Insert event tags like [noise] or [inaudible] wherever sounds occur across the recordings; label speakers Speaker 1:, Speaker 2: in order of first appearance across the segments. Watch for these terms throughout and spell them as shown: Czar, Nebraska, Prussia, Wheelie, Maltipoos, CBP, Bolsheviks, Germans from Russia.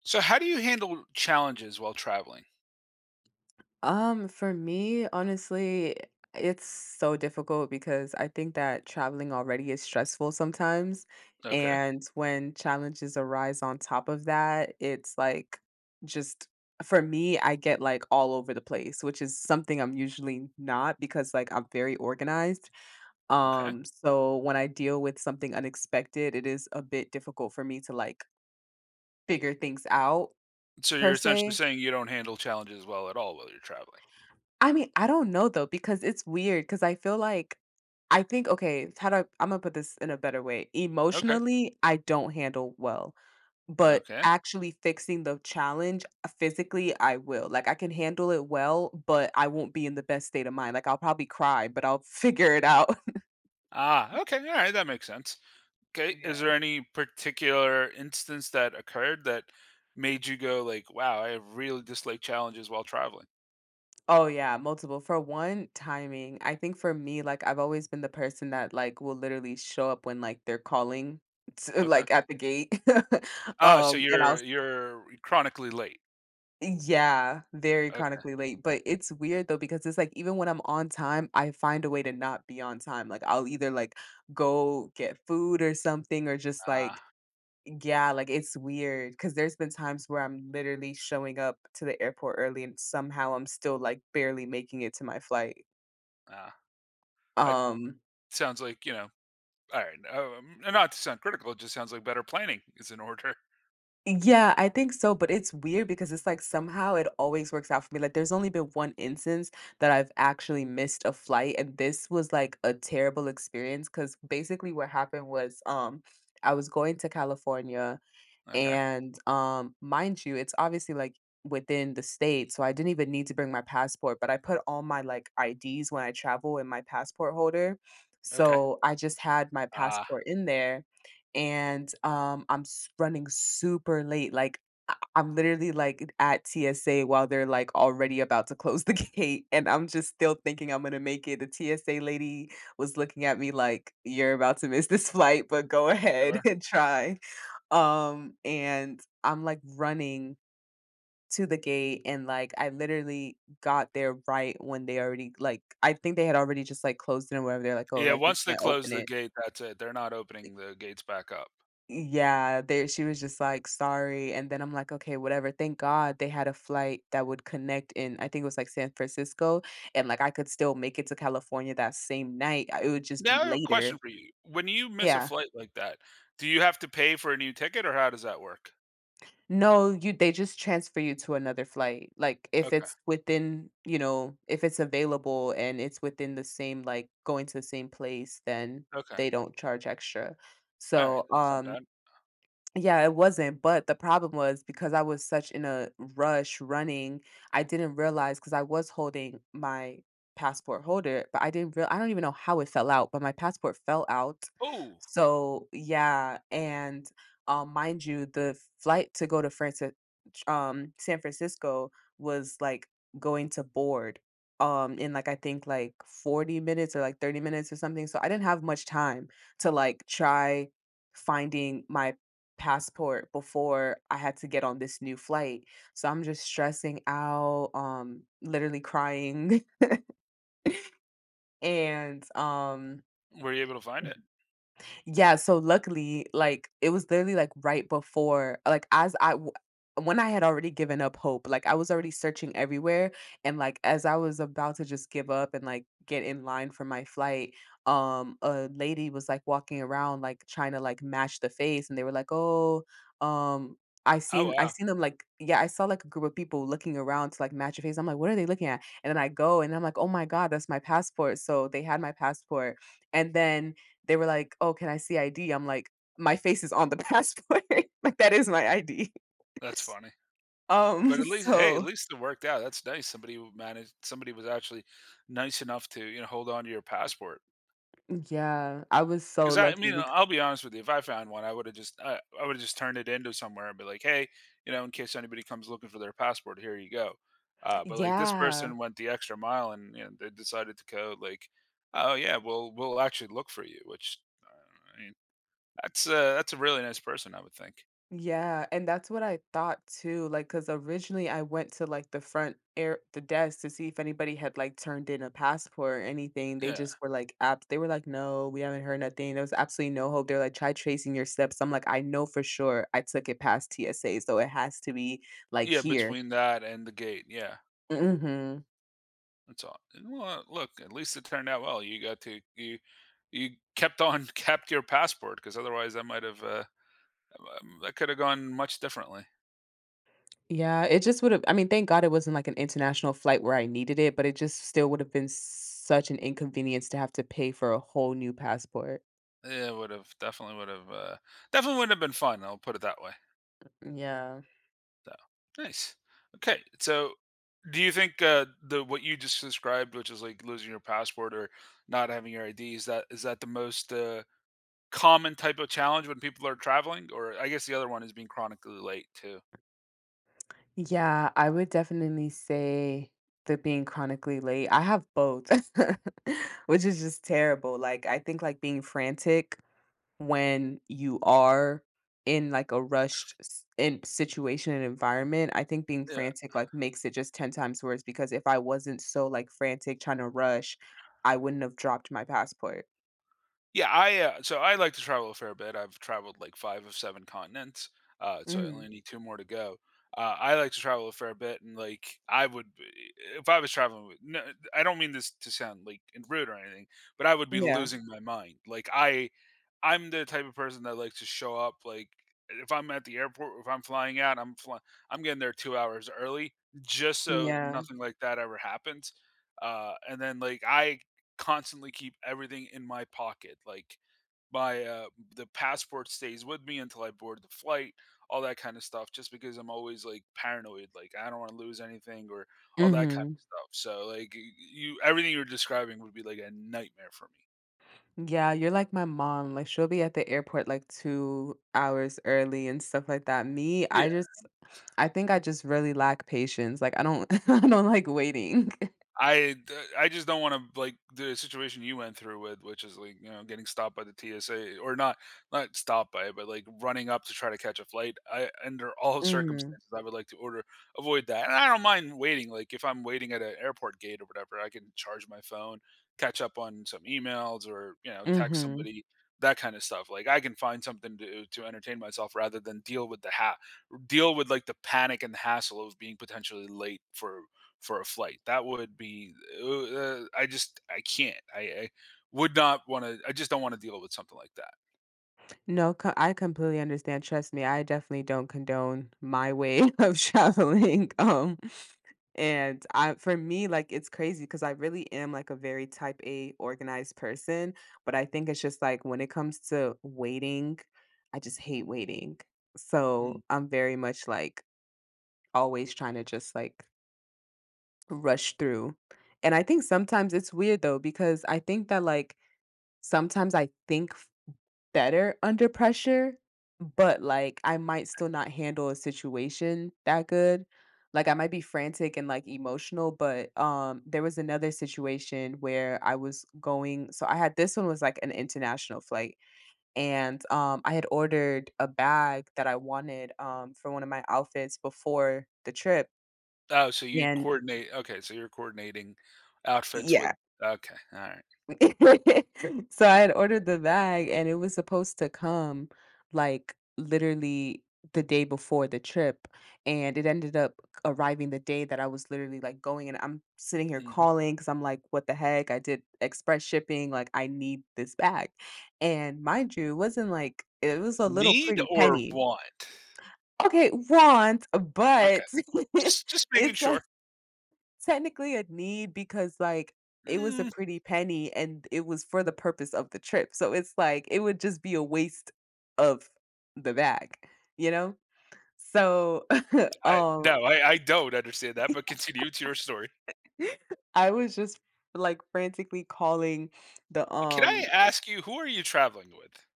Speaker 1: So how do you handle challenges while traveling?
Speaker 2: For me, honestly, it's so difficult because I think that traveling already is stressful sometimes.
Speaker 1: Okay.
Speaker 2: And when challenges arise on top of that, it's like just for me, I get like all over the place, which is something I'm usually not because like I'm very organized.
Speaker 1: okay.
Speaker 2: So when I deal with something unexpected, it is a bit difficult for me to like figure things out
Speaker 1: So you're
Speaker 2: per
Speaker 1: essentially
Speaker 2: se.
Speaker 1: saying you don't handle challenges well at all while you're traveling.
Speaker 2: I mean, I don't know though, because it's weird because I feel like I think okay, how do I, I'm gonna put this in a better way.
Speaker 1: Okay.
Speaker 2: Emotionally, I don't handle well, but
Speaker 1: okay.
Speaker 2: actually fixing the challenge physically, I will. Like I can handle it well, but I won't be in the best state of mind. Like I'll probably cry, but I'll [laughs] figure it out. [laughs]
Speaker 1: Okay. All right, that makes sense. Okay, is there
Speaker 2: Yeah.
Speaker 1: any particular instance that occurred that made you go like, "Wow, I really dislike challenges while traveling."
Speaker 2: Oh yeah, multiple. For one, timing. I think for me, like I've always been the person that like will literally show up when like they're calling, [laughs] to,
Speaker 1: Okay.
Speaker 2: like at the gate. [laughs]
Speaker 1: Ah, so
Speaker 2: And I'll
Speaker 1: you're chronically late.
Speaker 2: yeah, very
Speaker 1: Okay.
Speaker 2: chronically late, but it's weird though because it's like even when I'm on time, I find a way to not be on time. Like I'll either like go get food or something or just like
Speaker 1: Ah,
Speaker 2: yeah, like it's weird because there's been times where I'm literally showing up to the airport early and somehow I'm still like barely making it to my flight.
Speaker 1: ah. That
Speaker 2: Um
Speaker 1: sounds like All right. And not to sound critical, it just sounds like better planning is in order.
Speaker 2: Yeah, I think so, but it's weird because it's like somehow it always works out for me. Like there's only been one instance that I've actually missed a flight, and this was like a terrible experience because basically what happened was I was going to California
Speaker 1: Okay.
Speaker 2: and mind you, it's obviously like within the state, so I didn't even need to bring my passport, but I put all my like IDs when I travel in my passport holder.
Speaker 1: Okay.
Speaker 2: So I just had my
Speaker 1: Ah.
Speaker 2: passport in there and I'm s- running super late. Like I'm literally like at TSA while they're like already about to close the [laughs] gate, and I'm just still thinking I'm gonna make it. The TSA lady was looking at me like, "You're about to miss this flight, but go ahead
Speaker 1: Sure.
Speaker 2: [laughs] and try." And I'm, like, running to the gate, and, like, I literally got there right when they already, like I think they had already just, like, closed it or whatever, they're like, "Oh,
Speaker 1: Yeah,
Speaker 2: like, we
Speaker 1: once they
Speaker 2: can't
Speaker 1: close
Speaker 2: open
Speaker 1: the
Speaker 2: it."
Speaker 1: gate, that's it. They're not opening the gates back up.
Speaker 2: Yeah, there she was just like, "Sorry," and then I'm like, "Okay, whatever." Thank God they had a flight that would connect in I think it was, like, San Francisco, and, like, I could still make it to California that same night, I it would just be
Speaker 1: Now I have a
Speaker 2: later.
Speaker 1: question for you. When you miss a
Speaker 2: Yeah.
Speaker 1: flight like that, do you have to pay for a new ticket, or how does that work?
Speaker 2: No, you they just transfer you to another flight. Like if
Speaker 1: Okay.
Speaker 2: it's within, you know, if it's available and it's within the same like going to the same place, then
Speaker 1: Okay.
Speaker 2: they don't charge extra.
Speaker 1: All right.
Speaker 2: So,
Speaker 1: That's not bad.
Speaker 2: yeah, it wasn't, but the problem was because I was such in a rush running, I didn't realize because I was holding my passport holder, but I didn't real I don't even know how it fell out, but my passport fell out.
Speaker 1: Oh,
Speaker 2: So yeah, and mind you, the flight to go to France, San Francisco was like going to board in like I think like 40 minutes or like 30 minutes or something. So I didn't have much time to like try finding my passport before I had to get on this new flight. So I'm just stressing out, literally crying. [laughs] And
Speaker 1: were you able to find it?
Speaker 2: yeah, so luckily, like, it was literally, like, right before like, as I w when I had already given up hope, like, I was already searching everywhere, and, like, as I was about to just give up and, like, get in line for my flight, a lady was, like, walking around, like, trying to, like, match the face, and they were like, "Oh, um, I
Speaker 1: Oh,
Speaker 2: seen I
Speaker 1: wow.
Speaker 2: seen them, like." Yeah, I saw, like, a group of people looking around to, like, match a face, I'm like, "What are they looking at?" And then I go, and I'm like, "Oh my god, that's my passport," so they had my passport, and then they were like, "Oh, can I see ID?" I'm like, "My face is on the [laughs] passport, [laughs] like, that is my ID."
Speaker 1: That's funny. But
Speaker 2: [laughs]
Speaker 1: at least, hey, at
Speaker 2: So
Speaker 1: least it worked out. That's nice. Somebody w- managed, somebody was actually nice enough to, you know, hold on to your passport.
Speaker 2: yeah, I was so
Speaker 1: 'Cause I
Speaker 2: lucky
Speaker 1: mean,
Speaker 2: bec
Speaker 1: I'll be honest with you, if I found one, I would've just turned it into somewhere and be like, "Hey, you know, in case anybody comes looking for their passport, here you go." But, like, this
Speaker 2: yeah,
Speaker 1: person went the extra mile and, you know, they decided to code like, "Oh, yeah, we'll actually look for you," which, I mean, that's a really nice person, I would think.
Speaker 2: yeah, and that's what I thought too. Like, cause originally I went to, like, the front air the desk to see if anybody had, like, turned in a passport or anything, they
Speaker 1: Yeah.
Speaker 2: just were like, "Apps." They were like, "No, we haven't heard nothing, there was absolutely no hope," they're like, "Try tracing your steps." I'm like, "I know for sure I took it past TSA, so it has to be, like,
Speaker 1: Yeah,
Speaker 2: here."
Speaker 1: between that and the gate, yeah,
Speaker 2: Mhm.
Speaker 1: that's all. And, well, look, at least it turned out well. You got to you kept on [laughs] kept your passport because otherwise I might have, that could have gone much differently.
Speaker 2: Yeah, it just would have I mean, thank God it wasn't like an international flight where I needed it, but it just still would have been such an inconvenience to have to pay for a whole new passport.
Speaker 1: Yeah, it would have definitely would have definitely would have been fun. I'll put it that way.
Speaker 2: Yeah.
Speaker 1: So nice. Okay, so do you think the what you just described, which is like losing your passport or not having your ID, is that the most common type of challenge when people are traveling? Or I guess the other one is being chronically late too.
Speaker 2: Yeah, I would definitely say that being chronically late. I have both, [laughs] which is just terrible. Like I think like being frantic when you are in like a rushed s- in situation and environment I think being frantic like makes it just 10 times worse because if I wasn't so like frantic trying to rush I wouldn't have dropped my passport.
Speaker 1: Yeah, I so I like to travel a fair bit. I've traveled like five of seven continents, so I
Speaker 2: Hmm.
Speaker 1: only need two more to go. I like to travel a fair bit, and like if I was traveling, with, no, I don't mean this to sound like rude or anything, but I would be
Speaker 2: Yeah.
Speaker 1: losing my mind. I'm the type of person that likes to show up. Like if I'm at the airport, if I'm flying out, I'm getting there 2 hours early just so
Speaker 2: Yeah.
Speaker 1: nothing like that ever happens. And then like I constantly keep everything in my pocket. Like my the passport stays with me until I board the flight, all that kind of stuff, just because I'm always like paranoid, like I don't want to lose anything or all that kind
Speaker 2: Hmm.
Speaker 1: of stuff. So like y- you everything you're describing would be like a nightmare for me.
Speaker 2: Yeah, you're like my mom like she'll be at the airport like 2 hours early and stuff like that me I just I think I just really lack patience like I don't [laughs] I don't like waiting.
Speaker 1: I just don't wanna, like, the situation you went through with, which is, like, you know, getting stopped by the TSA or not stopped by it, but, like, running up to try to catch a flight. I under all [laughs]
Speaker 2: [laughs] Hmm.
Speaker 1: circumstances, I would like to order avoid that, and I don't mind waiting, like, if I'm waiting at an airport gate or whatever, I can charge my phone, catch up on some emails or, you know, text
Speaker 2: Hmm.
Speaker 1: somebody, that kinda stuff. Like, I can find something to entertain myself rather than deal with the ha deal with, like, the panic and the hassle of being potentially late for a flight. That would be uh, I just I can't. I would not want to. I just don't want to deal with something like that.
Speaker 2: No, co I completely understand, trust me, I definitely don't condone my way [laughs] of traveling, and I for me, like, it's crazy because I really am, like, a very type A organized person, but I think it's just, like, when it comes to waiting, I just hate waiting.
Speaker 1: Hmm.
Speaker 2: So, I'm very much, like, always trying to just, like, rush through, and I think sometimes it's weird, though, because I think that, like, sometimes I think better under pressure, but like I might still not handle a situation that good. Like I might be frantic and like emotional, but there was another situation where I was going so I had this one was like an international flight and I had ordered a bag that I wanted for one of my outfits before the trip
Speaker 1: Oh, so you
Speaker 2: and
Speaker 1: coordinate? Okay, so you're coordinating outfits
Speaker 2: yeah.
Speaker 1: with. Okay, all right.
Speaker 2: [laughs] So I had ordered the bag and it was supposed to come like literally the day before the trip and it ended up arriving the day that I was literally like going and I'm sitting here
Speaker 1: Mhm.
Speaker 2: calling cuz I'm like what the heck I did express shipping like I need this bag. And mind you, it wasn't like it was a little
Speaker 1: Need
Speaker 2: pretty
Speaker 1: or
Speaker 2: penny.
Speaker 1: want?
Speaker 2: Okay, want,
Speaker 1: Okay,
Speaker 2: but
Speaker 1: just
Speaker 2: [laughs]
Speaker 1: making
Speaker 2: it's like
Speaker 1: sure.
Speaker 2: technically a need because, like, it was a
Speaker 1: Mm,
Speaker 2: pretty penny and it was for the purpose of the trip, so it's like, it would just be a waste of the bag, you know? So, [laughs]
Speaker 1: I
Speaker 2: um,
Speaker 1: no, I don't understand that. But continue to your story.
Speaker 2: [laughs] I was just, like, frantically calling the,
Speaker 1: Can I ask you who are you traveling with?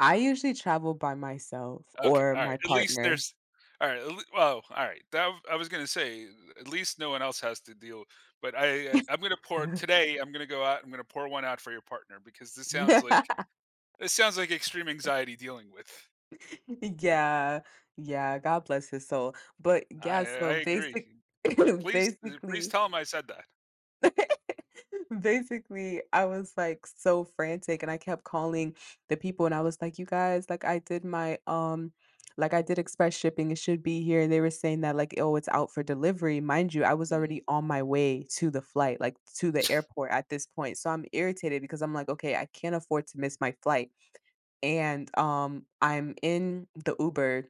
Speaker 2: I usually travel by myself
Speaker 1: Okay,
Speaker 2: or my
Speaker 1: alright, at least
Speaker 2: partner.
Speaker 1: there's alright, alright, I was gonna say, at least no one else has to deal but I, I'm gonna pour
Speaker 2: [laughs]
Speaker 1: today, I'm gonna go out, I'm gonna pour one out for your partner because this sounds like extreme anxiety dealing with.
Speaker 2: Yeah, yeah, God bless his soul, but
Speaker 1: I
Speaker 2: yeah,
Speaker 1: I
Speaker 2: so
Speaker 1: agree.
Speaker 2: basic [laughs]
Speaker 1: Please please
Speaker 2: basically.
Speaker 1: tell him I said that.
Speaker 2: [laughs] Basically, I was like so frantic and I kept calling the people and I was like, you guys, like I did my like I did express shipping, it should be here. And they were saying that like, oh, it's out for delivery. Mind you, I was
Speaker 1: Mm,
Speaker 2: already on my way to the flight, like to the airport at this point. So I'm irritated because I'm like, okay, I can't afford to miss my flight. And I'm in the Uber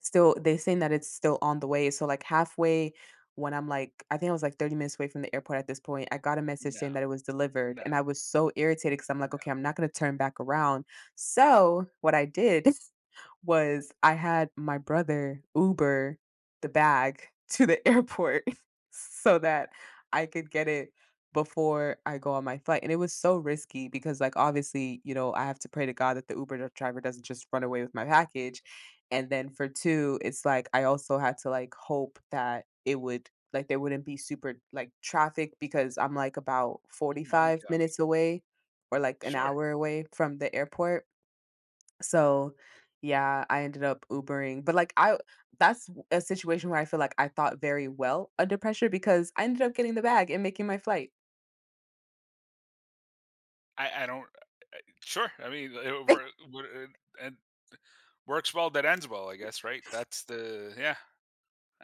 Speaker 2: still they're saying that it's still on the way, so, like, halfway when I'm, like I think I was, like, 30 minutes away from the airport at this point, I got a message
Speaker 1: no,
Speaker 2: saying that it was delivered,
Speaker 1: no,
Speaker 2: and I was so irritated because 'cause I'm, like, "Okay,
Speaker 1: no,
Speaker 2: I'm not gonna turn back around." So, what I did [laughs] was I had my brother Uber the bag [laughs] to the airport [laughs] so that I could get it before I go on my flight, and it was so risky because, like, obviously, you know, I have to pray to God that the Uber dri driver doesn't just run away with my package, and then for 2, it's like I also had to, like, hope that it would like, there wouldn't be super, like, traffic because I'm, like, about
Speaker 1: oh my
Speaker 2: 45
Speaker 1: god.
Speaker 2: minutes away or, like, an
Speaker 1: Sure.
Speaker 2: hour away from the airport, so, yeah, I ended up Ubering, but, like, I that's w- a situation where I feel like I thought very well under pressure because I ended up getting the bag and making my flight.
Speaker 1: I don't sure, I mean, it wor
Speaker 2: [laughs]
Speaker 1: wor and works well that ends well, I guess, right? That's the yeah.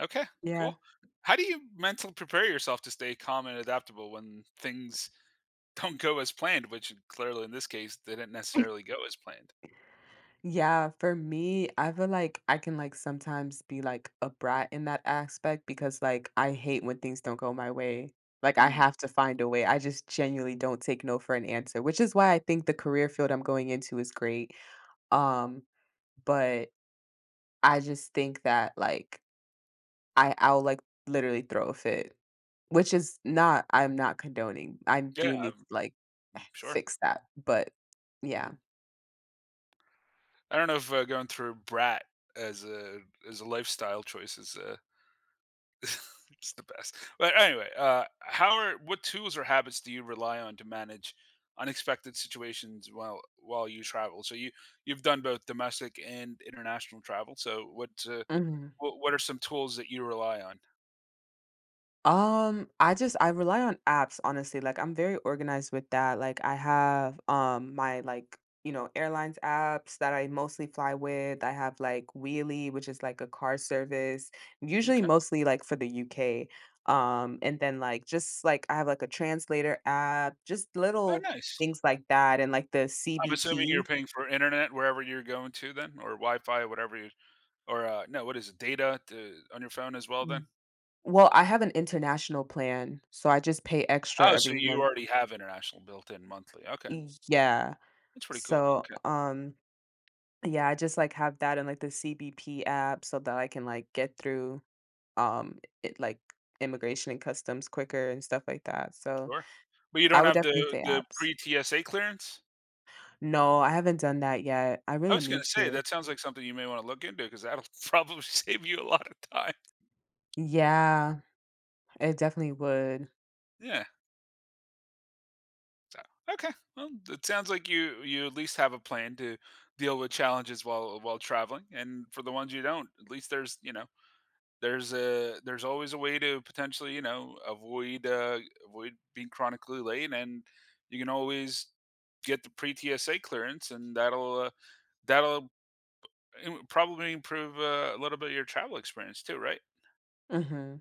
Speaker 1: Okay,
Speaker 2: Yeah.
Speaker 1: cool. How do you mentally prepare yourself to stay calm and adaptable when things [laughs] don't go as planned, which clearly in this case didn't necessarily go as planned?
Speaker 2: Yeah, for me, I feel like I can like sometimes be like a brat in that aspect because like I hate when things don't go my way. Like I
Speaker 1: Mm,
Speaker 2: have to find a way. I just genuinely don't take no for an answer, which is why I think the career field I'm going into is great. Um, but I just think that like I'll like literally throw a fit, which is not I'm not condoning. I
Speaker 1: yeah,
Speaker 2: do need to like [sighs]
Speaker 1: sure.
Speaker 2: fix that, but yeah.
Speaker 1: Hmm. I don't know if going through brat as a as a lifestyle choice is [laughs] it's the best. But anyway, how are what tools or habits do you rely on to manage unexpected situations while you travel? So you've done both domestic and international travel. So what
Speaker 2: Mm-hmm.
Speaker 1: What are some tools that you rely on?
Speaker 2: I just I rely on apps, honestly. Like I'm very organized with that. Like I have my like, you know, airlines apps that I mostly fly with. I have like Wheelie, which is like a car service, usually
Speaker 1: Okay.
Speaker 2: mostly like for the UK. And then like just like I have like a translator app, just
Speaker 1: Oh,
Speaker 2: little
Speaker 1: nice.
Speaker 2: things like that, and like the
Speaker 1: I'm assuming you're
Speaker 2: CBP.
Speaker 1: paying for internet wherever you're going to then, or Wi-Fi, no, what is it, data to on your phone as well then?
Speaker 2: Mm. Well, I have an international plan, so I just pay extra
Speaker 1: Oh,
Speaker 2: every
Speaker 1: so you
Speaker 2: month.
Speaker 1: already have international built in monthly, okay.
Speaker 2: Yeah.
Speaker 1: That's pretty cool,
Speaker 2: So,
Speaker 1: okay,
Speaker 2: yeah, I just like have that in like the CBP app so that I can like get through it like immigration and customs quicker and stuff like that. So
Speaker 1: sure. But you
Speaker 2: I
Speaker 1: don't
Speaker 2: would
Speaker 1: have
Speaker 2: definitely
Speaker 1: the
Speaker 2: say
Speaker 1: the
Speaker 2: apps.
Speaker 1: pre-TSA clearance?
Speaker 2: No, I haven't done that yet. I
Speaker 1: I
Speaker 2: really
Speaker 1: was
Speaker 2: need
Speaker 1: gonna say,
Speaker 2: to.
Speaker 1: that sounds like something you may wanna look into because 'cause that'll [laughs] probably save you a lot of time.
Speaker 2: Yeah, it definitely would.
Speaker 1: Yeah. Oh, okay. Well, it sounds like you at least have a plan to deal with challenges while traveling, and for the ones you don't, at least there's you know there's a there's always a way to potentially you know avoid avoid being chronically late, and you can always get the pre TSA clearance, and that'll im- probably improve a little bit of your travel experience too, right?
Speaker 2: Hmm.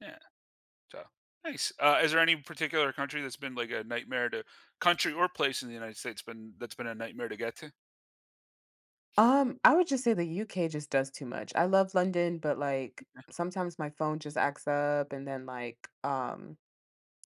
Speaker 1: Yeah. So, nice. Is there any particular country that's been like a nightmare to country or place in the United States been that's been a nightmare to get to?
Speaker 2: I would just say the UK just does too much. I love London, but like sometimes my phone just acts up and then like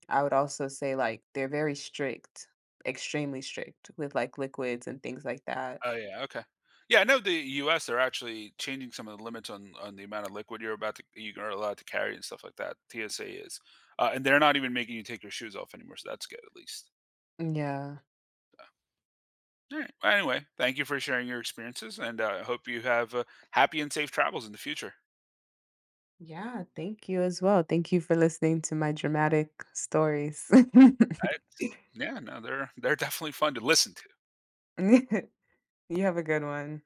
Speaker 2: I would also say like they're very strict, extremely strict with like liquids and things like that.
Speaker 1: Oh yeah, okay. Yeah, I know the U.S. They're actually changing some of the limits on the amount of liquid you're about to you are allowed to carry and stuff like that. TSA is, and they're not even making you take your shoes off anymore. So that's good, at least.
Speaker 2: Yeah.
Speaker 1: All right. Well, anyway, thank you for sharing your experiences, and I hope you have happy and safe travels in the future.
Speaker 2: Yeah, thank You as well. Thank you for listening to my dramatic stories. [laughs]
Speaker 1: I, yeah, no, they're definitely fun to listen to.
Speaker 2: You have a good one.